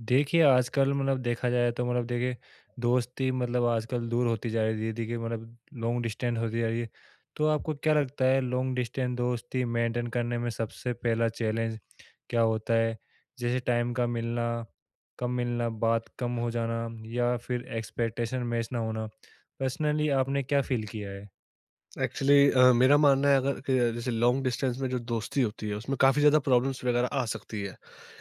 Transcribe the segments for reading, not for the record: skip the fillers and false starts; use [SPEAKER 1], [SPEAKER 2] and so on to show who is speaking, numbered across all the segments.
[SPEAKER 1] देखिए, आजकल मतलब देखा जाए तो मतलब देखिए दोस्ती मतलब आजकल दूर होती जा रही है धीरे-धीरे के मतलब लॉन्ग डिस्टेंस होती जा रही है। तो आपको क्या लगता है लॉन्ग डिस्टेंस दोस्ती मेंटेन करने में सबसे पहला चैलेंज क्या होता है? जैसे टाइम का मिलना, कम मिलना, बात कम हो जाना या फिर एक्सपेक्टेशन मैच ना होना? पर्सनली आपने क्या फ़ील किया है?
[SPEAKER 2] एक्चुअली मेरा मानना है अगर कि जैसे लॉन्ग डिस्टेंस में जो दोस्ती होती है उसमें काफ़ी ज़्यादा प्रॉब्लम्स वगैरह आ सकती है।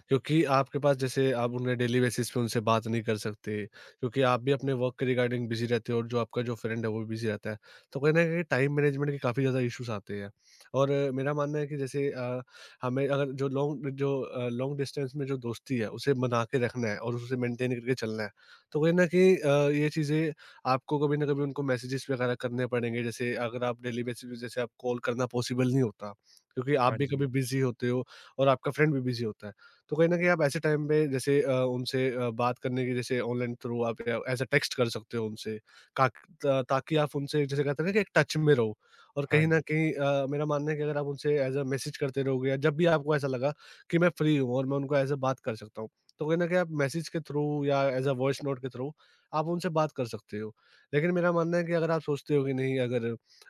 [SPEAKER 2] क्योंकि आपके पास जैसे आप उन्हें डेली बेसिस पे उनसे बात नहीं कर सकते, क्योंकि आप भी अपने वर्क के रिगार्डिंग बिज़ी रहते हो और जो आपका जो फ्रेंड है वो भी बिज़ी रहता है। तो कहीं न कहीं टाइम मैनेजमेंट के काफ़ी ज़्यादा इश्यूज़ आते हैं। और मेरा मानना है कि जैसे हमें अगर जो लॉन्ग जो अ, लॉन्ग डिस्टेंस में जो दोस्ती है उसे बना के रखना है और उसे मेंटेन करके चलना है। तो कहीं न कहीं ये चीज़ें आपको कभी न कभी उनको मैसेजेस वगैरह करने पड़ेंगे। जैसे अगर आप डेली बेसिस पे जैसे आप कॉल करना पॉसिबल नहीं होता, क्योंकि आप
[SPEAKER 1] हाँ
[SPEAKER 2] भी
[SPEAKER 1] जी।
[SPEAKER 2] कभी बिज़ी होते हो और आपका फ्रेंड भी बिज़ी होता है। तो कहीं न कहीं आप ऐसे टाइम पे जैसे उनसे बात करने की जैसे ऑनलाइन थ्रू आप या एज़ अ टेक्स्ट कर सकते हो उनसे काक ता ताकि आप उनसे जैसे कहते हैं ना कि एक टच में रहो। और
[SPEAKER 1] हाँ
[SPEAKER 2] कहीं न
[SPEAKER 1] जी।
[SPEAKER 2] कहीं मेरा मानना है कि अगर आप उनसे एज़ अ मैसेज करते रहोगे या जब भी आपको ऐसा लगा कि मैं फ्री हूँ और मैं उनको एज़ अ बात कर सकता हूँ, तो कहीं न कहीं आप मैसेज के थ्रू या एज़ अ वॉइस नोट के थ्रू आप उनसे बात कर सकते हो। लेकिन मेरा मानना है कि अगर आप सोचते हो कि नहीं, अगर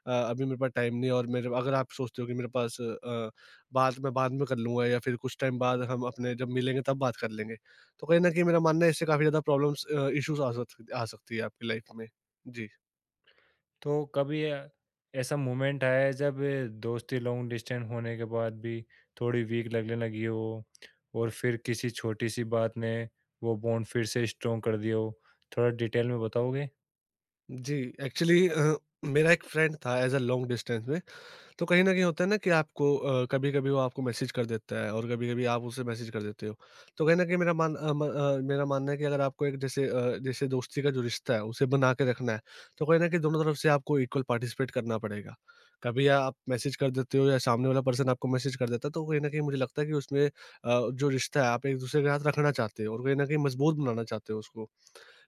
[SPEAKER 2] अभी मेरे पास टाइम नहीं है और मेरे अगर आप सोचते हो कि मेरे पास बाद में कर लूँगा या फिर कुछ टाइम बाद हम अपने जब मिलेंगे तब बात कर लेंगे। तो कहीं न कहीं मेरा मानना है इससे काफ़ी ज़्यादा प्रॉब्लम्स इश्यूज़ आ सकती है आपकी लाइफ़ में। जी।
[SPEAKER 1] तो कभी ऐसा मोमेंट आया है जब दोस्ती लॉन्ग डिस्टेंस होने के बाद भी थोड़ी वीक लगने लगी हो और फिर किसी छोटी सी बात ने वो बॉन्ड फिर से स्ट्रोंग कर दिया हो? थोड़ा डिटेल में बताओगे?
[SPEAKER 2] जी, एक्चुअली मेरा एक फ्रेंड था एज़ अ लॉन्ग डिस्टेंस में। तो कहीं न कहीं होता है ना कि आपको कभी-कभी वो आपको मैसेज कर देता है और कभी-कभी आप उसे मैसेज कर देते हो। तो कहीं न कहीं मेरा मान अ, म अ, मेरा मानना है कि अगर आपको एक जैसे जैसे दोस्ती का जो रिश्ता है उसे बना के रखना है, तो कहीं न कहीं दोनों तरफ से आपको इक्वल पार्टिसिपेट करना पड़ेगा। कभी आप मैसेज कर देते हो या सामने वाला पर्सन आपको मैसेज कर देता है, तो कहीं न कहीं मुझे लगता है कि उसमें जो रिश्ता है आप एक-दूसरे के साथ रखना चाहते हो और कहीं न कहीं मजबूत बनाना चाहते हो उसको।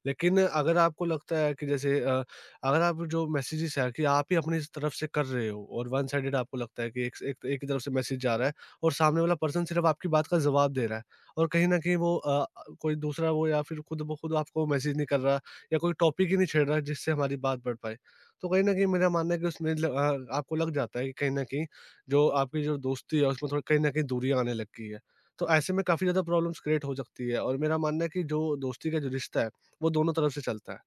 [SPEAKER 2] लेकिन अगर आपको लगता है कि जैसे अगर आप जो मैसेजेस है कि आप ही अपनी तरफ से कर रहे हो और वन साइडेड आपको लगता है कि एक एक एक ही तरफ से मैसेज जा रहा है और सामने वाला पर्सन सिर्फ आपकी बात का जवाब दे रहा है और कहीं ना कहीं वो कोई दूसरा वो या फिर खुद ब खुद आपको मैसेज नहीं कर रहा या कोई टॉपिक ही नहीं छेड़ रहा जिससे हमारी बात बढ़ पाए। तो कहीं ना कहीं मेरा मानना है कि उसमें आपको लग जाता है कि कहीं ना कहीं जो आपकी जो दोस्ती है उसमें थोड़ी कहीं ना कहीं दूरियां आने लग गई है। तो ऐसे में काफी ज्यादा प्रॉब्लम्स क्रिएट हो सकती है और मेरा मानना है कि जो दोस्ती का जो रिश्ता है वो दोनों तरफ से चलता है।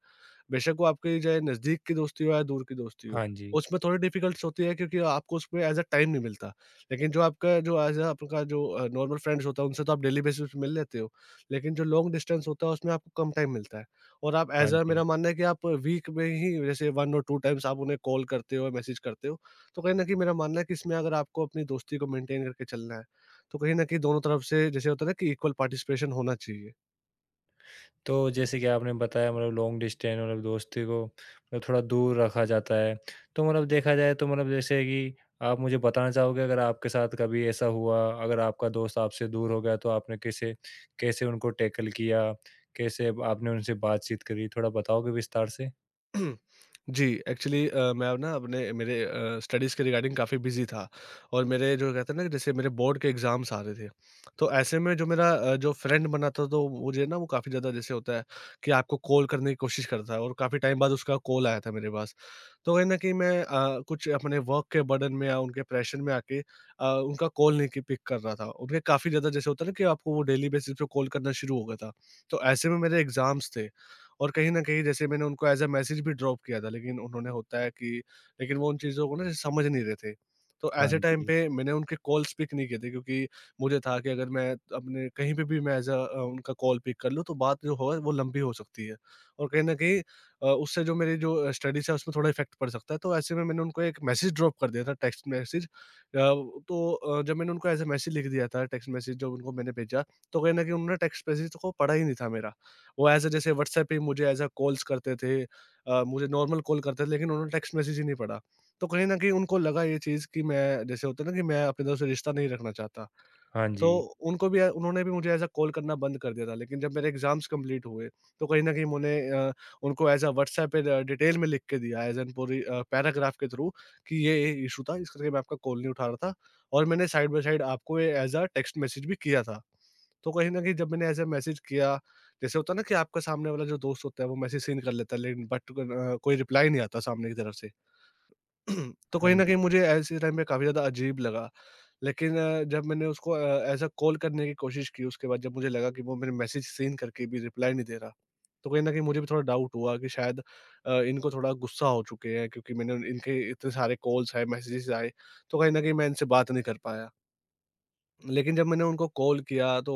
[SPEAKER 2] बेशक वो आपकी चाहे नज़दीक की दोस्ती हो या दूर की दोस्ती हो,
[SPEAKER 1] हाँ जी।
[SPEAKER 2] उसमें थोड़ी डिफ़िकल्ट्स होती है क्योंकि आपको उसमें एज़ अ टाइम नहीं मिलता। लेकिन जो आपका जो एज़ अ आपका जो नॉर्मल फ्रेंड्स होता है उनसे तो आप डेली बेसिस पे मिल लेते हो। लेकिन जो लॉन्ग डिस्टेंस होता है उसमें आपको कम टाइम मिलता है और आप
[SPEAKER 1] हाँ
[SPEAKER 2] एज़ अ
[SPEAKER 1] जी।
[SPEAKER 2] मेरा मानना है कि आप वीक में ही जैसे 1 और 2 टाइम्स आप उन्हें कॉल करते हो, मैसेज करते हो। तो कहीं न कहीं मेरा मानना है कि इसमें अगर आपको अपनी दोस्ती को मेंटेन करके चलना है, तो कहीं न कहीं दोनों तरफ से जैसे होता है ना कि इक्वल पार्टिसिपेशन होना चाहिए।
[SPEAKER 1] तो जैसे कि आपने बताया मतलब लॉन्ग डिस्टेंस मतलब दोस्ती को मतलब थोड़ा दूर रखा जाता है। तो मतलब देखा जाए तो मतलब जैसे कि आप मुझे बताना चाहोगे अगर आपके साथ कभी ऐसा हुआ, अगर आपका दोस्त आपसे दूर हो गया तो आपने कैसे कैसे उनको टैकल किया? कैसे आपने उनसे बातचीत करी? थोड़ा बताओगे विस्तार से?
[SPEAKER 2] जी, एक्चुअली मैं अब ना अपने मेरे स्टडीज़ के रिगार्डिंग काफ़ी बिज़ी था और मेरे जो कहते हैं ना कि जैसे मेरे बोर्ड के एग्ज़ाम्स आ रहे थे। तो ऐसे में जो मेरा जो फ्रेंड बना था तो मुझे ना वो काफ़ी ज़्यादा जैसे होता है कि आपको कॉल करने की कोशिश करता है और काफ़ी टाइम बाद उसका कॉल आया था मेरे पास। तो कहीं न कहीं मैं कुछ अपने वर्क के बर्डन में या उनके प्रेशर में आके उनका कॉल नहीं की पिक कर रहा था। उनके काफ़ी ज़्यादा जैसे होता है ना कि आपको वो डेली बेसिस पे कॉल करना शुरू हो गया था। तो ऐसे में मेरे एग्ज़ाम्स थे और कहीं न कहीं जैसे मैंने उनको एज़ अ मैसेज भी ड्रॉप किया था, लेकिन उन्होंने होता है कि लेकिन वो उन चीज़ों को ना जैसे समझ नहीं रहे थे। तो
[SPEAKER 1] हाँ
[SPEAKER 2] ऐसे टाइम
[SPEAKER 1] जी।
[SPEAKER 2] पे मैंने उनके कॉल्स पिक नहीं किए थे, क्योंकि मुझे था कि अगर मैं अपने कहीं पे भी मैं एज़ अ उनका कॉल पिक कर लूँ तो बात जो हो वो लंबी हो सकती है। और कहीं न कहीं उससे जो मेरी जो स्टडीज़ है उसमें थोड़ा इफ़ेक्ट पड़ सकता है। तो ऐसे में मैंने उनको एक मैसेज ड्रॉप कर दिया था, टेक्स्ट मैसेज। तो जब मैंने उनको एज़ अ मैसेज लिख दिया था, टेक्स्ट मैसेज जो उनको मैंने भेजा, तो कहीं न कहीं उन्होंने टेक्स्ट मैसेज को पढ़ा ही नहीं था मेरा। वो एज़ अ जैसे व्हाट्सऐप पे मुझे एज़ अ कॉल्स करते थे, मुझे नॉर्मल कॉल करते थे, लेकिन उन्होंने टेक्स्ट मैसेज ही नहीं पढ़ा। तो कहीं न कहीं उनको लगा ये चीज़ कि मैं जैसे होता है ना कि मैं अपनी तरफ से रिश्ता नहीं रखना चाहता।
[SPEAKER 1] हाँ
[SPEAKER 2] तो
[SPEAKER 1] जी।
[SPEAKER 2] उनको भी उन्होंने भी मुझे ऐज़ अ कॉल करना बंद कर दिया था, लेकिन जब मेरे एग्ज़ाम्स कंप्लीट हुए, तो कहीं न कहीं उनको ऐज़ अ व्हाट्सएप पे डिटेल में लिख के दिया, एज़ एन पूरी पैराग्राफ के थ्रू कि ये इश्यू था, इस करके मैं आपका कॉल नहीं उठा रहा था और मैंने साइड बाय साइड आपको ये एज़ अ टेक्स्ट मैसेज भी किया था। तो कहीं न कहीं जब मैंने ऐज़ अ मैसेज किया, जैसे होता है ना कि आपका सामने वाला जो दोस्त होता है, वो मैसेज सीन कर लेता है, लेकिन बट कोई रिप्लाई नहीं आता सामने की तरफ से। तो
[SPEAKER 1] हाँ
[SPEAKER 2] कहीं न
[SPEAKER 1] जी।
[SPEAKER 2] कहीं मुझे ऐसे टाइम पे काफ़ी ज़्यादा अजीब लगा। लेकिन जब मैंने उसको एज़ अ कॉल करने की कोशिश की, उसके बाद जब मुझे लगा कि वो मेरे मैसेज सीन करके भी रिप्लाई नहीं दे रहा। तो कहीं न कहीं मुझे भी थोड़ा डाउट हुआ कि शायद इनको थोड़ा गुस्सा हो चुके हैं, क्योंकि मैंने इनके इतने सारे कॉल्स आए, मैसेजेस आए, तो कहीं न कहीं मैं इनसे बात नहीं कर पाया। लेकिन जब मैंने उनको कॉल किया तो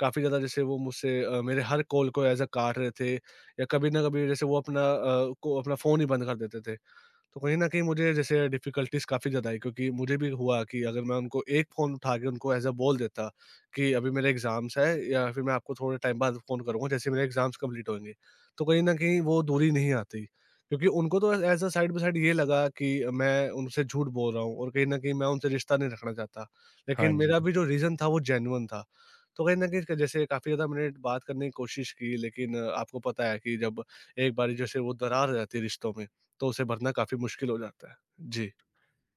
[SPEAKER 2] काफ़ी ज़्यादा जैसे वो मुझसे मेरे हर कॉल को एज़ अ काट रहे थे या कभी ना कभी जैसे वो अपना अ, को अपना फ़ोन ही बंद कर देते थे। तो कहीं न कहीं मुझे जैसे डिफ़िकल्टीज़ काफ़ी ज़्यादा आई, क्योंकि मुझे भी हुआ कि अगर मैं उनको एक फ़ोन उठा के उनको ऐज़ अ बोल देता कि अभी मेरे एग्ज़ाम्स हैं या फिर मैं आपको थोड़े टाइम बाद फ़ोन करूँगा जैसे मेरे एग्ज़ाम्स कंप्लीट होंगे। तो कहीं न कहीं वो दूरी नहीं आती क्योंकि उनको तो as a side by side ये लगा कि मैं उनसे झूठ बोल रहा हूँ और कहीं न कहीं मैं उनसे रिश्ता नहीं रखना चाहता।
[SPEAKER 1] हाँ
[SPEAKER 2] लेकिन
[SPEAKER 1] जी।
[SPEAKER 2] मेरा भी जो रीज़न था वो जेन्युइन था। तो कहीं न कहीं जैसे काफ़ी ज़्यादा मैंने बात करने की कोशिश की, लेकिन आपको पता है कि जब एक बारी जैसे वो दरार आ जाती है रिश्तों में तो उसे भरना काफ़ी मुश्किल हो जाता है। जी।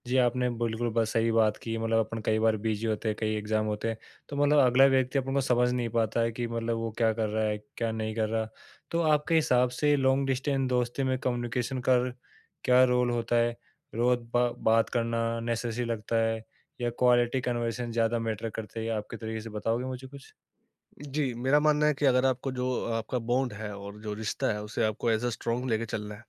[SPEAKER 1] जी, आपने बिल्कुल बस सही बात की मतलब अपन कई बार बिज़ी होते हैं, कई एग्ज़ाम होते हैं, तो मतलब अगला व्यक्ति अपन को समझ नहीं पाता है कि मतलब वो क्या कर रहा है, क्या नहीं कर रहा। तो आपके हिसाब से लॉन्ग डिस्टेंस दोस्ती में कम्युनिकेशन का क्या रोल होता है? रोज़ बा बात करना नेसेसरी लगता है या क्वालिटी कन्वर्सेशन ज़्यादा मैटर करते हैं? आपके तरीके से बताओगे मुझे कुछ?
[SPEAKER 2] जी, मेरा मानना है कि अगर आपको जो आपका बॉन्ड है और जो रिश्ता है, उसे आपको एज़ अ स्ट्रॉन्ग लेके चलना है।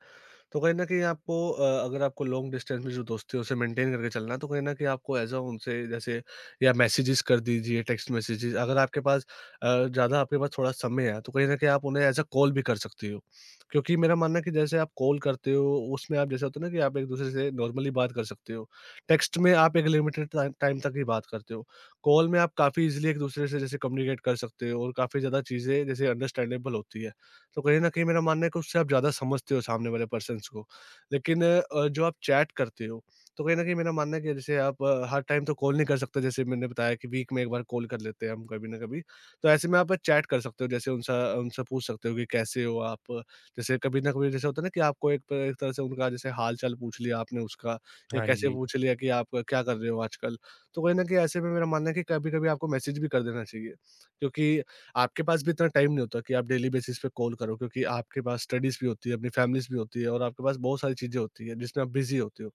[SPEAKER 2] तो कहीं न कहीं आपको अगर आपको लॉन्ग डिस्टेंस में जो दोस्ती है उसे मेंटेन करके चलना है, तो कहीं न कहीं आपको ऐज़ अ उनसे जैसे या मैसेजेस कर दीजिए, टेक्स्ट मैसेजेस अगर आपके पास ज़्यादा आपके पास थोड़ा समय है, तो कहीं न कहीं आप उन्हें ऐज़ अ कॉल भी कर सकती हो। क्योंकि मेरा मानना है कि जैसे आप कॉल करते हो, उसमें आप जैसे होता है ना कि आप एक-दूसरे से नॉर्मली बात कर सकते हो। टेक्स्ट में आप एक लिमिटेड टाइम टाइम तक ही बात करते हो। कॉल में आप काफ़ी ईज़िली एक-दूसरे से जैसे कम्युनिकेट कर सकते हो और काफ़ी ज़्यादा चीज़ें जैसे अंडरस्टैंडेबल होती है। तो कहीं न कहीं मेरा मानना है कि उससे आप ज़्यादा समझते हो सामने वाले पर्सन्स को। लेकिन जो आप चैट करते हो, तो कहीं न कहीं मेरा मानना है कि जैसे आप हर टाइम तो कॉल नहीं कर सकते, जैसे मैंने बताया कि वीक में 1 बार कॉल कर लेते हैं हम कभी ना कभी। तो ऐसे में आप चैट कर सकते हो, जैसे उनसे उनसे पूछ सकते हो कि कैसे हो आप? जैसे कभी ना कभी जैसे होता है ना कि आपको एक तरह से उनका जैसे हाल-चाल पूछ लिया आपने उसका, या
[SPEAKER 1] हाँ
[SPEAKER 2] कैसे
[SPEAKER 1] जी।
[SPEAKER 2] पूछ लिया कि आप क्या कर रहे हो आजकल? तो कहीं न कहीं ऐसे में मेरा मानना है कि कभी-कभी आपको मैसेज भी कर देना चाहिए, क्योंकि आपके पास भी इतना टाइम नहीं होता कि आप डेली बेसिस पे कॉल करो, क्योंकि आपके पास स्टडीज़ भी होती है, अपनी फैमिलीज़ भी होती है और आपके पास बहुत सारी चीज़ें होती हैं जिसमें आप बिज़ी होते हो।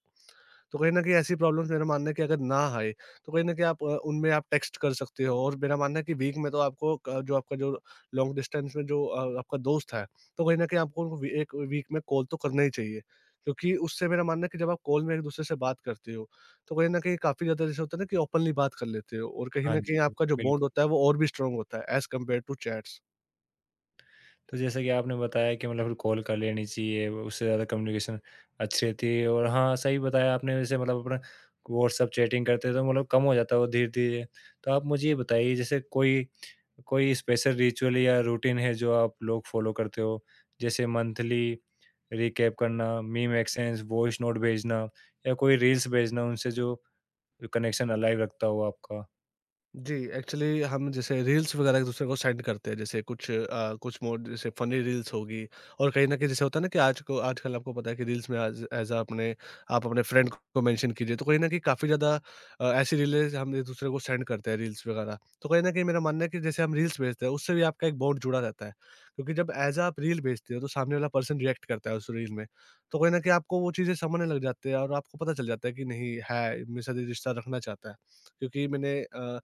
[SPEAKER 2] तो कहीं न कहीं ऐसी प्रॉब्लम्स मेरा मानना है कि अगर ना आए, तो कहीं न कहीं आप उनमें आप टेक्स्ट कर सकते हो, और मेरा मानना है कि वीक में तो आपको क जो आपका जो लॉन्ग डिस्टेंस में जो आपका दोस्त है, तो कहीं न कहीं आपको उनको वी एक वीक में कॉल तो करना ही चाहिए। क्योंकि उससे मेरा मानना है कि जब आप कॉल में एक-दूसरे से बात करते हो, तो कहीं न कहीं काफ़ी ज़्यादा जैसे होता है ना कि ओपनली बात कर लेते हो, और कहीं
[SPEAKER 1] हाँ
[SPEAKER 2] न
[SPEAKER 1] जी,
[SPEAKER 2] कहीं आपका जो बॉन्ड
[SPEAKER 1] बिल्कुल।
[SPEAKER 2] होता है, वो और भी स्ट्रॉन्ग होता है, ऐज़ कम्पेयर टू चैट्स।
[SPEAKER 1] तो जैसा कि आपने बताया कि मतलब फिर कॉल कर लेनी चाहिए, उससे ज़्यादा कम्युनिकेशन अच्छी रहती है और हाँ, सही बताया आपने वैसे मतलब अपना व्हाट्सएप चैटिंग करते हैं तो मतलब कम हो जाता है वो धीरे-धीरे। तो आप मुझे ये बताइए जैसे कोई कोई स्पेशल रिचुअल या रूटीन है जो आप लोग फॉलो करते हो? जैसे मंथली रिकैप करना, मीम एक्सचेंज, वॉइस नोट भेजना या कोई रील्स भेजना उनसे जो कनेक्शन अलाइव रखता हो आपका?
[SPEAKER 2] जी, एक्चुअली हम जैसे रील्स वगैरह एक-दूसरे को सेंड करते हैं, जैसे कुछ मोड जैसे फ़नी रील्स होगी, और कहीं न कहीं जैसे होता है ना कि आज को आजकल आपको पता है कि रील्स में आज एज़ अ अपने फ्रेंड को मेंशन कीजिए, तो कहीं न कहीं काफ़ी ज़्यादा ऐसी रीलें हम एक-दूसरे को सेंड करते हैं रील्स वगैरह। तो कहीं न कहीं मेरा मानना है कि जैसे हम रील्स भेजते हैं, उससे भी आपका एक बॉन्ड जुड़ा रहता है, क्योंकि जब एज़ अ आप रील भेजते हो, तो सामने वाला पर्सन रिएक्ट करता है उस रील में, तो कहीं न कहीं आपको वो चीज़ें समझने लग जाते हैं और आपको पता चल जाता है कि नहीं है, मेरे साथ ये रिश्ता रखना चाहता है। क्योंकि मैंने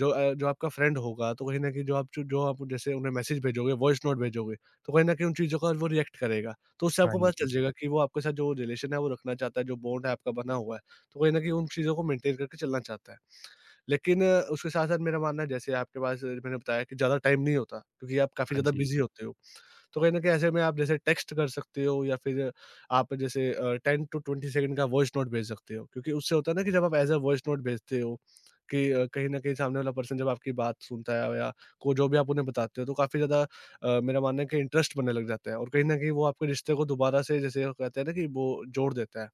[SPEAKER 2] जो आपका फ्रेंड होगा, तो कहीं न कहीं जो आप जैसे उन्हें मैसेज भेजोगे, वॉइस नोट भेजोगे, तो कहीं न कहीं उन चीज़ों का वो रिएक्ट करेगा। तो उससे
[SPEAKER 1] हाँ
[SPEAKER 2] आपको पता
[SPEAKER 1] जी।
[SPEAKER 2] चल जाएगा कि वो आपके साथ जो रिलेशन है वो रखना चाहता है, जो बॉन्ड है आपका बना हुआ है, तो कहीं न कहीं उन चीज़ों को मेंटेन करके चलना चाहता है। लेकिन उसके साथ-साथ मेरा मानना है जैसे आपके पास मैंने बताया कि ज़्यादा टाइम नहीं होता, क्योंकि आप काफ़ी
[SPEAKER 1] हाँ
[SPEAKER 2] ज़्यादा
[SPEAKER 1] जी।
[SPEAKER 2] बिज़ी होते हो। तो कहीं न कहीं ऐसे में आप जैसे टेक्स्ट कर सकते हो या फिर आप जैसे 10 टू 20 सेकंड का वॉइस नोट भेज सकते हो। क्योंकि उससे होता है ना कि जब आप एज़ अ वॉइस नोट भेजते हो कि कहीं न कहीं सामने वाला पर्सन जब आपकी बात सुनता है, या को जो भी आप उन्हें बताते हो तो काफ़ी ज़्यादा मेरा मानना है कि इंटरेस्ट बनने लग जाता है, और कहीं न कहीं वो आपके रिश्ते को दोबारा से जैसे कहते हैं ना कि वो जोड़ देता है।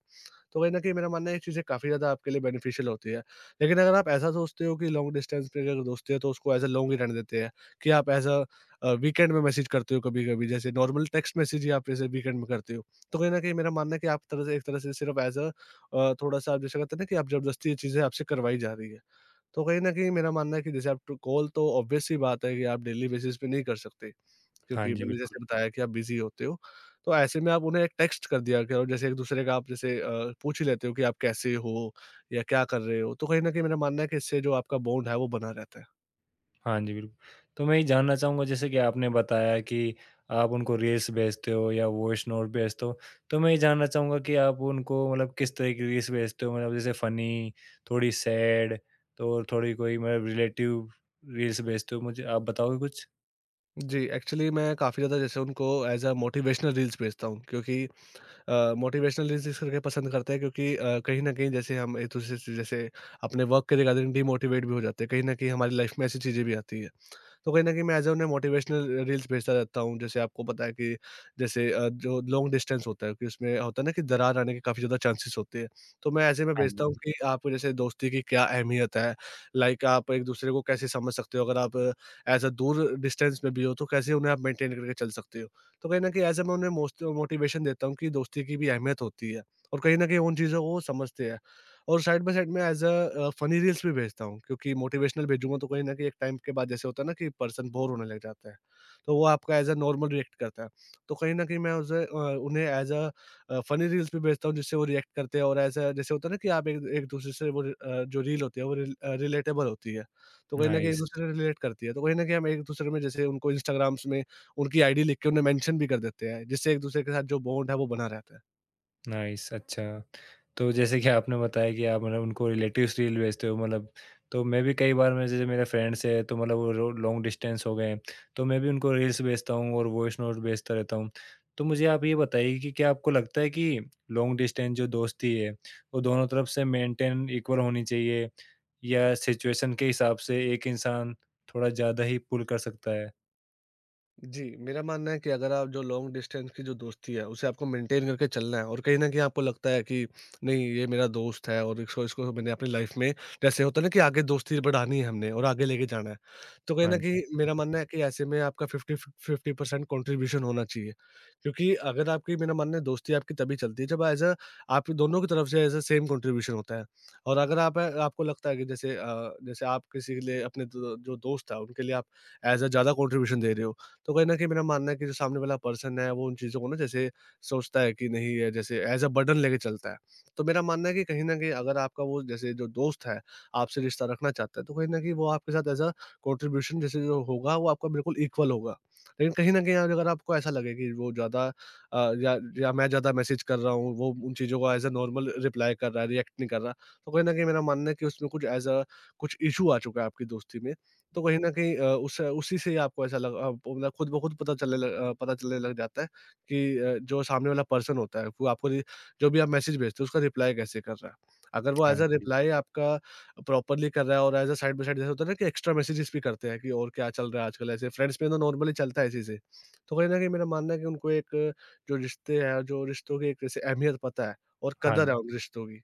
[SPEAKER 2] तो कहीं न कहीं मेरा मानना है ये चीज़ें काफ़ी ज़्यादा आपके लिए बेनिफिशियल होती है। लेकिन अगर आप ऐसा सोचते हो कि लॉन्ग डिस्टेंस पे अगर दोस्ती है तो उसको एज़ अ लॉन्ग ही रहने देते हैं, कि आप एज़ वीकेंड में मैसेज करते हो कभी-कभी, जैसे नॉर्मल टेक्स्ट मैसेज ही आप जैसे वीकेंड में करते हो। तो कहीं न कहीं मेरा मानना है कि आप तरह से एक तरह से सिर्फ़ एज़ थोड़ा-सा आप जैसे कहते हैं ना कि आप ज़बरदस्ती ये चीज़ें आपसे करवाई जा रही है। तो कहीं न कहीं मेरा मानना है कि जैसे आप ट कॉल तो ऑब्वियस सी बात है कि आप डेली बेसिस पे नहीं कर सकते।
[SPEAKER 1] हाँ
[SPEAKER 2] क्योंकि
[SPEAKER 1] जी,
[SPEAKER 2] मैंने
[SPEAKER 1] बिल्कुल।
[SPEAKER 2] जैसे बताया कि आप बिज़ी होते हो, तो ऐसे में आप उन्हें एक टेक्स्ट कर दिया करो, जैसे एक-दूसरे का आप जैसे पूछ ही लेते हो कि आप कैसे हो या क्या कर रहे हो? तो कहीं न कहीं मेरा मानना है कि इससे जो आपका बॉन्ड है वो बना रहता है।
[SPEAKER 1] हाँ जी, बिल्कुल। तो मैं ये जानना चाहूँगा जैसे कि आपने बताया कि आप उनको रील्स भेजते हो या वॉइस नोट भेजते हो। तो मैं ये जानना चाहूँगा कि आप उनको मतलब किस तरह की रील्स भेजते हो? मतलब जैसे फ़नी, थोड़ी सैड तो और थोड़ी कोई मतलब रिलेटिव रील्स भेजते हो मुझे आप बताओगे कुछ?
[SPEAKER 2] जी, एक्चुअली मैं काफ़ी ज़्यादा जैसे उनको एज़ अ मोटिवेशनल रील्स भेजता हूँ, क्योंकि मोटिवेशनल रील्स इस करके पसंद करते हैं, क्योंकि कहीं न कहीं जैसे हम एक-दूसरे से जैसे अपने वर्क के रिगार्डिंग डिमोटिवेट भी हो जाते हैं, कहीं न कहीं हमारी लाइफ़ में ऐसी चीज़ें भी आती हैं। तो कहीं न कहीं मैं एज़ अ उन्हें मोटिवेशनल रील्स भेजता रहता हूँ। जैसे आपको पता है कि जैसे जो लॉन्ग डिस्टेंस होता है कि उसमें होता है ना कि दरार आने के काफ़ी ज़्यादा चांसेस होते हैं। तो मैं ऐसे में
[SPEAKER 1] हाँ
[SPEAKER 2] भेजता हूँ
[SPEAKER 1] जी।
[SPEAKER 2] कि आप जैसे दोस्ती की क्या अहमियत है, लाइक आप एक-दूसरे को कैसे समझ सकते हो, अगर आप एज़ अ दूर डिस्टेंस में भी हो तो कैसे उन्हें आप मेंटेन करके चल सकते हो। तो कहीं न कहीं ऐसे मैं उन्हें मोस्ट मोटिवेशन देता हूँ कि दोस्ती की भी अहमियत होती है, और कहीं न कहीं उन चीज़ों को वो समझते हैं। और साइड बाय साइड में एज़ अ, फ़नी रील्स भी भेजता हूँ, क्योंकि मोटिवेशनल भेजूँगा तो कहीं न कहीं एक टाइम के बाद जैसे होता है ना कि पर्सन बोर होने लग जाता है, तो वो आपका एज़ अ नॉर्मल रिएक्ट करता है। तो कहीं न कहीं मैं उन्हें एज़ फ़नी रील्स भी भेजता हूँ, जिससे वो रिएक्ट करते हैं, और एज़ अ जैसे होता है ना कि आप एक एक-दूसरे से जो रील होती है वो रिलेटेबल होती है, तो कहीं न कहीं
[SPEAKER 1] नाइस।
[SPEAKER 2] एक-दूसरे से रिलेट करती है। तो कहीं न कहीं हम एक-दूसरे में जैसे उनको इंस्टाग्राम्स में उनकी आईडी लिख के उन्हें मेंशन भी कर देते हैं, जिससे एक-दूसरे के साथ जो बॉन्ड है वो बना रहता है।
[SPEAKER 1] नाइस, अच्छा। तो जैसे कि आपने बताया कि आप मतलब उनको रिलेटिव्स रील भेजते हो मतलब तो मैं भी कई बार मैं जैसे मेरे फ्रेंड्स हैं तो मतलब वो रो लॉन्ग डिस्टेंस हो गए हैं, तो मैं भी उनको रील्स भेजता हूँ और वॉइस नोट भेजता रहता हूँ। तो मुझे आप ये बताइए कि क्या आपको लगता है कि लॉन्ग डिस्टेंस जो दोस्ती है, वो दोनों तरफ से मेंटेन इक्वल होनी चाहिए या सिचुएशन के हिसाब से एक इंसान थोड़ा ज़्यादा ही पुल कर सकता है?
[SPEAKER 2] जी, मेरा मानना है कि अगर आप जो लॉन्ग डिस्टेंस की जो दोस्ती है, उसे आपको मेंटेन करके चलना है, और कहीं न कहीं आपको लगता है कि नहीं, ये मेरा दोस्त है और इसको इसको मैंने अपनी लाइफ़ में जैसे होता है ना कि आगे दोस्ती बढ़ानी है हमने और आगे लेके जाना है। तो कहीं
[SPEAKER 1] हाँ
[SPEAKER 2] न कहीं
[SPEAKER 1] जी।
[SPEAKER 2] मेरा मानना है कि ऐसे में आपका 50% कंट्रीब्यूशन होना चाहिए। क्योंकि अगर आपकी मेरा मानना है दोस्ती आपकी तभी चलती है जब एज़ अ आप दोनों की तरफ से एज़ अ सेम कंट्रीब्यूशन होता है। और अगर आप आपको लगता है कि जैसे जैसे आप किसी के लिए अपने द जो दोस्त है उनके लिए आप एज़ अ ज़्यादा कंट्रीब्यूशन दे रहे हो, तो कहीं न कहीं मेरा मानना है कि जो सामने वाला पर्सन है वो उन चीज़ों को ना जैसे सोचता है कि नहीं, ये जैसे एज़ अ बर्डन लेके चलता है। तो मेरा मानना है कि कहीं न कहीं अगर आपका वो जैसे जो दोस्त है आपसे रिश्ता रखना चाहता है, तो कहीं न कहीं वो आपके साथ एज़ अ कंट्रीब्यूशन जैसे जो होगा वो आपका बिल्कुल इक्वल होगा। लेकिन कहीं न कहीं अगर आपको ऐसा लगे कि वो ज़्यादा या मैं ज़्यादा मैसेज कर रहा हूँ, वो उन चीज़ों को एज़ अ नॉर्मल रिप्लाई कर रहा है, रिएक्ट नहीं कर रहा। तो कहीं न कहीं मेरा मानना है कि उसमें कुछ एज़ अ कुछ इश्यू आ चुका है आपकी दोस्ती में। तो कहीं न कहीं उस उसी से ही आपको ऐसा लगा, मतलब खुद ब खुद पता चलने लग जाता है कि जो सामने वाला पर्सन होता है, वो आपको रि जो भी आप मैसेज भेजते हो उसका रिप्लाई कैसे कर रहा है। अगर वो
[SPEAKER 1] हाँ
[SPEAKER 2] एज़ अ
[SPEAKER 1] जी।
[SPEAKER 2] रिप्लाई आपका प्रॉपरली कर रहा है, और as a side by side जैसे होता है ना कि एक्स्ट्रा मैसेजेस भी करते हैं कि और क्या चल रहा है आजकल, ऐसे फ्रेंड्स में तो नॉर्मली चलता है ये चीज़ें। तो कहीं न कहीं मेरा मानना है कि उनको एक जो रिश्ते हैं, जो रिश्तों की एक जैसे अहमियत पता है, और कदर
[SPEAKER 1] हाँ,
[SPEAKER 2] है उन रिश्तों की।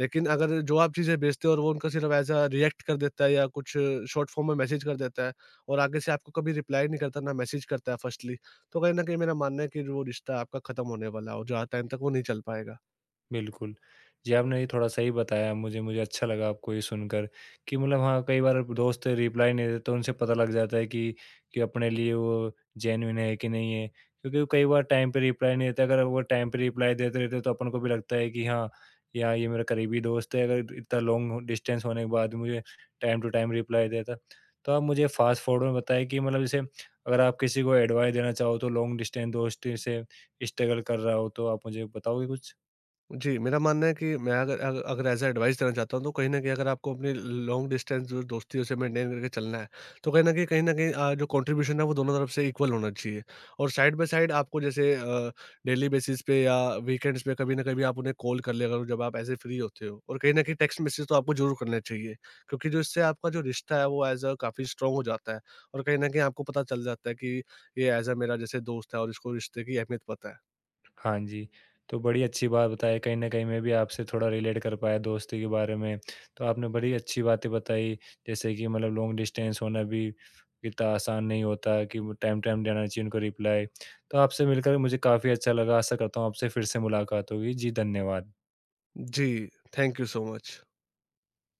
[SPEAKER 2] लेकिन अगर जो आप चीज़ें भेजते हो और वो उनका सिर्फ़ एज़ अ रिएक्ट कर देता है या कुछ शॉर्ट फॉर्म में मैसेज कर देता है, और आगे से आपको कभी रिप्लाई नहीं करता, ना मैसेज करता है फर्स्टली, तो कहीं न कहीं मेरा मानना है कि जो रिश्ता आपका ख़त्म होने वाला है और ज़्यादा टाइम तक वो नहीं चल पाएगा।
[SPEAKER 1] बिल्कुल। जी, आपने ये थोड़ा सही बताया मुझे मुझे अच्छा लगा आपको ये सुनकर कि मतलब हाँ, कई बार दोस्त रिप्लाई नहीं देते, तो उनसे पता लग जाता है कि अपने लिए वो जेन्युइन है कि नहीं है। क्योंकि वो कई बार टाइम पे रिप्लाई नहीं देते, अगर वो टाइम पे रिप्लाई देते रहते तो अपन को भी लगता है कि हाँ, या ये मेरा करीबी दोस्त है, अगर इतना लॉन्ग डिस्टेंस होने के बाद मुझे टाइम टू टाइम रिप्लाई देता। तो आप मुझे फास्ट फॉरवर्ड में बताएँ कि मतलब जैसे अगर आप किसी को एडवाइस देना चाहो तो लॉन्ग डिस्टेंस दोस्ती से स्ट्रगल कर रहा हो, तो आप मुझे बताओगे कुछ?
[SPEAKER 2] जी, मेरा मानना है कि मैं अगर अग अगर ऐज़ अ एडवाइस देना चाहता हूँ तो कहीं न कहीं अगर आपको अपनी लॉन्ग डिस्टेंस जो दोस्ती है उसे मेंटेन करके चलना है, तो कहीं न कहीं जो कंट्रीब्यूशन है वो दोनों तरफ से इक्वल होना चाहिए। और साइड बाय साइड आपको जैसे डेली बेसिस पे या वीकेंड्स पे कभी न कभी आप उन्हें कॉल कर लिया करो जब आप ऐसे फ्री होते हो। और कहीं न कहीं टेक्स्ट मैसेज तो आपको ज़रूर करने चाहिए, क्योंकि जो इससे आपका जो रिश्ता है वो ऐज़ अ काफ़ी स्ट्रॉन्ग हो जाता है। और कहीं न कहीं आपको पता चल जाता है कि ये ऐज़ अ मेरा जैसे दोस्त है और इसको रिश्ते की अहमियत पता है।
[SPEAKER 1] हाँ जी, तो बड़ी अच्छी बात बताई, कहीं न कहीं मैं भी आपसे थोड़ा रिलेट कर पाया दोस्ती के बारे में। तो आपने बड़ी अच्छी बातें बताई, जैसे कि मतलब लॉन्ग डिस्टेंस होना भी इतना आसान नहीं होता कि वो टाइम-टाइम देना चाहिए उनको रिप्लाई। तो आपसे मिलकर मुझे काफ़ी अच्छा लगा, आशा करता हूँ आपसे फिर से मुलाकात होगी। जी, धन्यवाद।
[SPEAKER 2] जी, थैंक यू सो मच।